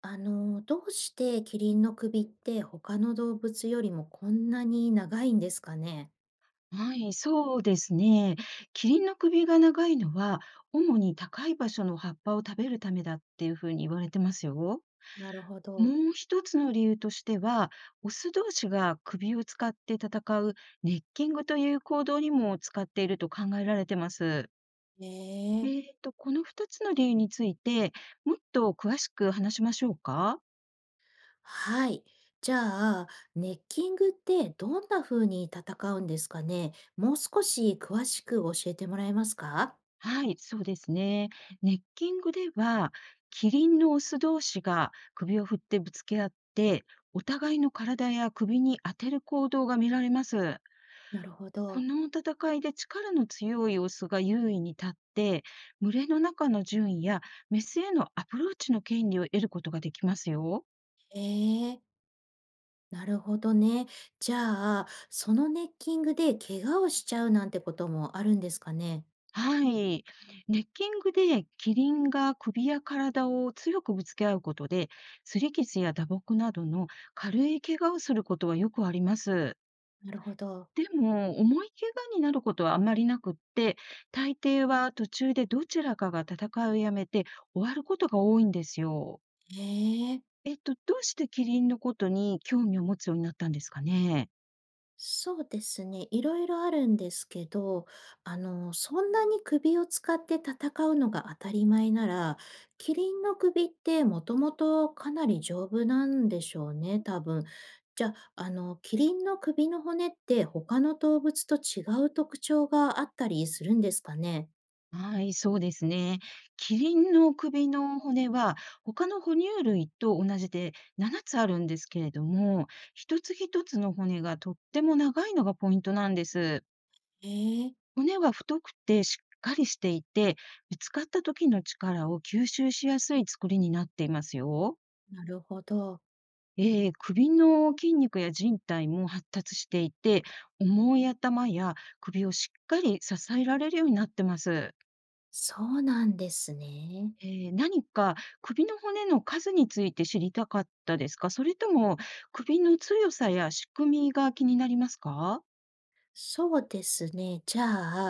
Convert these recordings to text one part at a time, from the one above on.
どうしてキリンの首って他の動物よりもこんなに長いんですかね？はい、そうですね。キリンの首が長いのは、主に高い場所の葉っぱを食べるためだっていうふうに言われてますよ。なるほど。もう一つの理由としては、オス同士が首を使って戦うネッキングという行動にも使っていると考えられてます。ねえ。この二つの理由について、もっと詳しく話しましょうか？はい。じゃあ、ネッキングってどんな風に戦うんですかね？もう少し詳しく教えてもらえますか？はい、そうですね。ネッキングでは、キリンのオス同士が首を振ってぶつけ合って、お互いの体や首に当てる行動が見られます。なるほこど。の戦いで力の強いオスが優位に立って、群れの中の順位やメスへのアプローチの権利を得ることができますよ。ええ。なるほどね。じゃあ、そのネッキングで怪我をしちゃうなんてこともあるんですかね？はい。ネッキングでキリンが首や体を強くぶつけ合うことで、擦り傷や打撲などの軽い怪我をすることはよくあります。なるほど。でも、重い怪我になることはあんまりなくって、大抵は途中でどちらかが戦いをやめて終わることが多いんですよ。ええ。どうしてキリンのことに興味を持つようになったんですかね？そうですね。いろいろあるんですけど、そんなに首を使って戦うのが当たり前なら、キリンの首ってもともとかなり丈夫なんでしょうね、多分。じゃあ、キリンの首の骨って他の動物と違う特徴があったりするんですかね。はい、そうですね。キリンの首の骨は、他の哺乳類と同じで7つあるんですけれども、一つ一つの骨がとっても長いのがポイントなんです。ええ。骨は太くてしっかりしていて、ぶつかった時の力を吸収しやすい作りになっていますよ。なるほど。首の筋肉や靭帯も発達していて、重い頭や首をしっかり支えられるようになってます。そうなんですね。ええ、何か首の骨の数について知りたかったですか？それとも首の強さや仕組みが気になりますか？そうですね。じゃ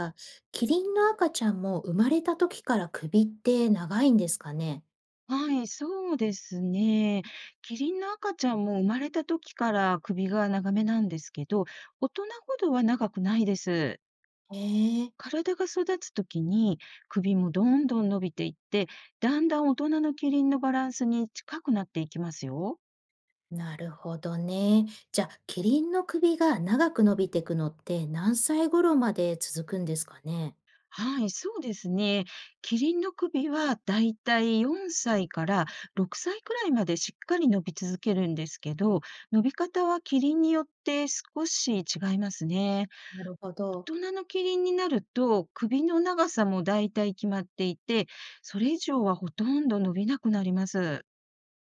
あ、キリンの赤ちゃんも生まれた時から首って長いんですかね。はい、そうですね。キリンの赤ちゃんも生まれた時から首が長めなんですけど、大人ほどは長くないです。へえ。体が育つ時に首もどんどん伸びていって、だんだん大人のキリンのバランスに近くなっていきますよ。なるほどね。じゃあ、キリンの首が長く伸びていくのって何歳頃まで続くんですかね。はい、そうですね。キリンの首はだいたい4歳から6歳くらいまでしっかり伸び続けるんですけど、伸び方はキリンによって少し違いますね。なるほ大ど。人のキリンになると首の長さもだいたい決まっていて、それ以上はほとんど伸びなくなります。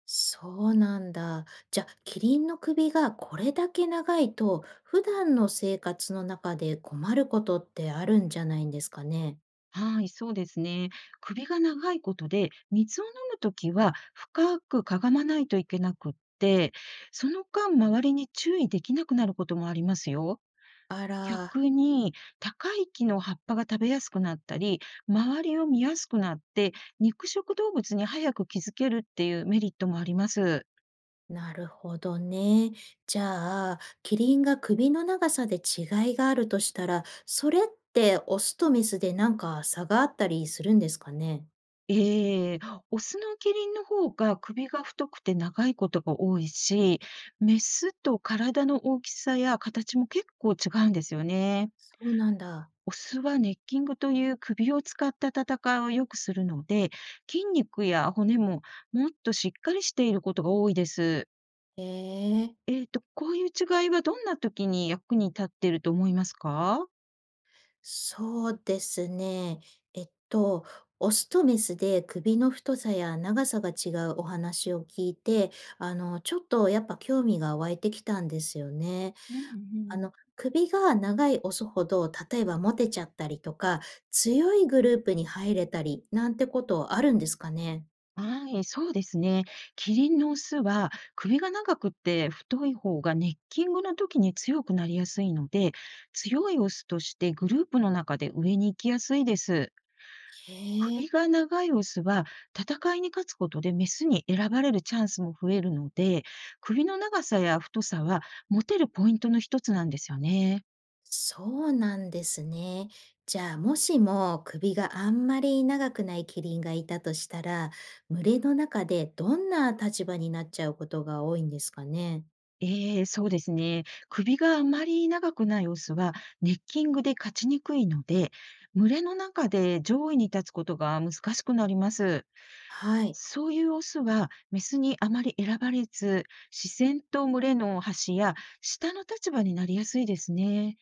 そうなんだ。じゃあ、キリンの首がこれだけ長いと、普段の生活の中で困ることってあるんじゃないんですかね。はい、そうですね。首が長いことで、水を飲むときは深くかがまないといけなくって、その間、周りに注意できなくなることもありますよ。あら。逆に、高い木の葉っぱが食べやすくなったり、周りを見やすくなって、肉食動物に早く気づけるっていうメリットもあります。なるほどね。じゃあ、キリンが首の長さで違いがあるとしたら、それってオスとメスでなんか差があったりするんですかね？ええ、オスのキリンの方が首が太くて長いことが多いし、メスと体の大きさや形も結構違うんですよね。そうなんだ。オスはネッキングという首を使った戦いをよくするので、筋肉や骨ももっとしっかりしていることが多いです。へえ、こういう違いはどんな時に役に立っていると思いますか？そうですね。えっと、オスとメスで首の太さや長さが違うお話を聞いて、ちょっとやっぱ興味が湧いてきたんですよね。うんうん。首が長いオスほど、例えばモテちゃったりとか、強いグループに入れたりなんてことあるんですかね？はい、そうですね。キリンのオスは首が長くて太い方がネッキングの時に強くなりやすいので、強いオスとしてグループの中で上に行きやすいです。へ首え。が長いオスは戦いに勝つことでメスに選ばれるチャンスも増えるので、首の長さや太さはモテるポイントの一つなんですよね。そうなんですね。じゃあ、もしも首があんまり長くないキリンがいたとしたら、群れの中でどんな立場になっちゃうことが多いんですかね？ええ、そうですね。首があまり長くないオスは、ネッキングで勝ちにくいので、群れの中で上位に立つことが難しくなります。はい。そういうオスは、メスにあまり選ばれず、視線と群れの端や下の立場になりやすいですね。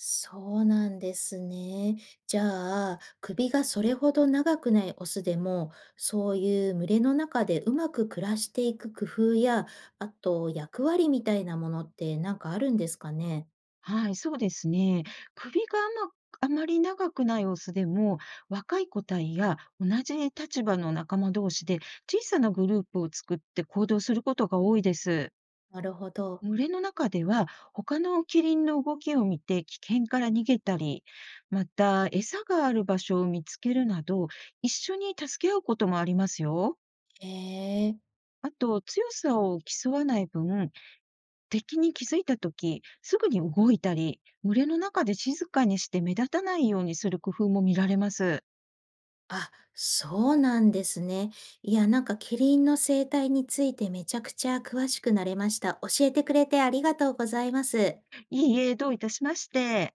そうなんですね。じゃあ、首がそれほど長くないオスでも、そういう群れの中でうまく暮らしていく工夫や、あと役割みたいなものってなんかあるんですかね。はい、そうですね。首があまり長くないオスでも、若い個体や同じ立場の仲間同士で小さなグループを作って行動することが多いです。なるほど。群れの中では、他のキリンの動きを見て危険から逃げたり、また餌がある場所を見つけるなど、一緒に助け合うこともありますよ。へえ。あと、強さを競わない分、敵に気づいたとき、すぐに動いたり、群れの中で静かにして目立たないようにする工夫も見られます。あ、そうなんですね。いや、なんかキリンの生態についてめちゃくちゃ詳しくなれました。教えてくれてありがとうございます。いいえ、どういたしまして。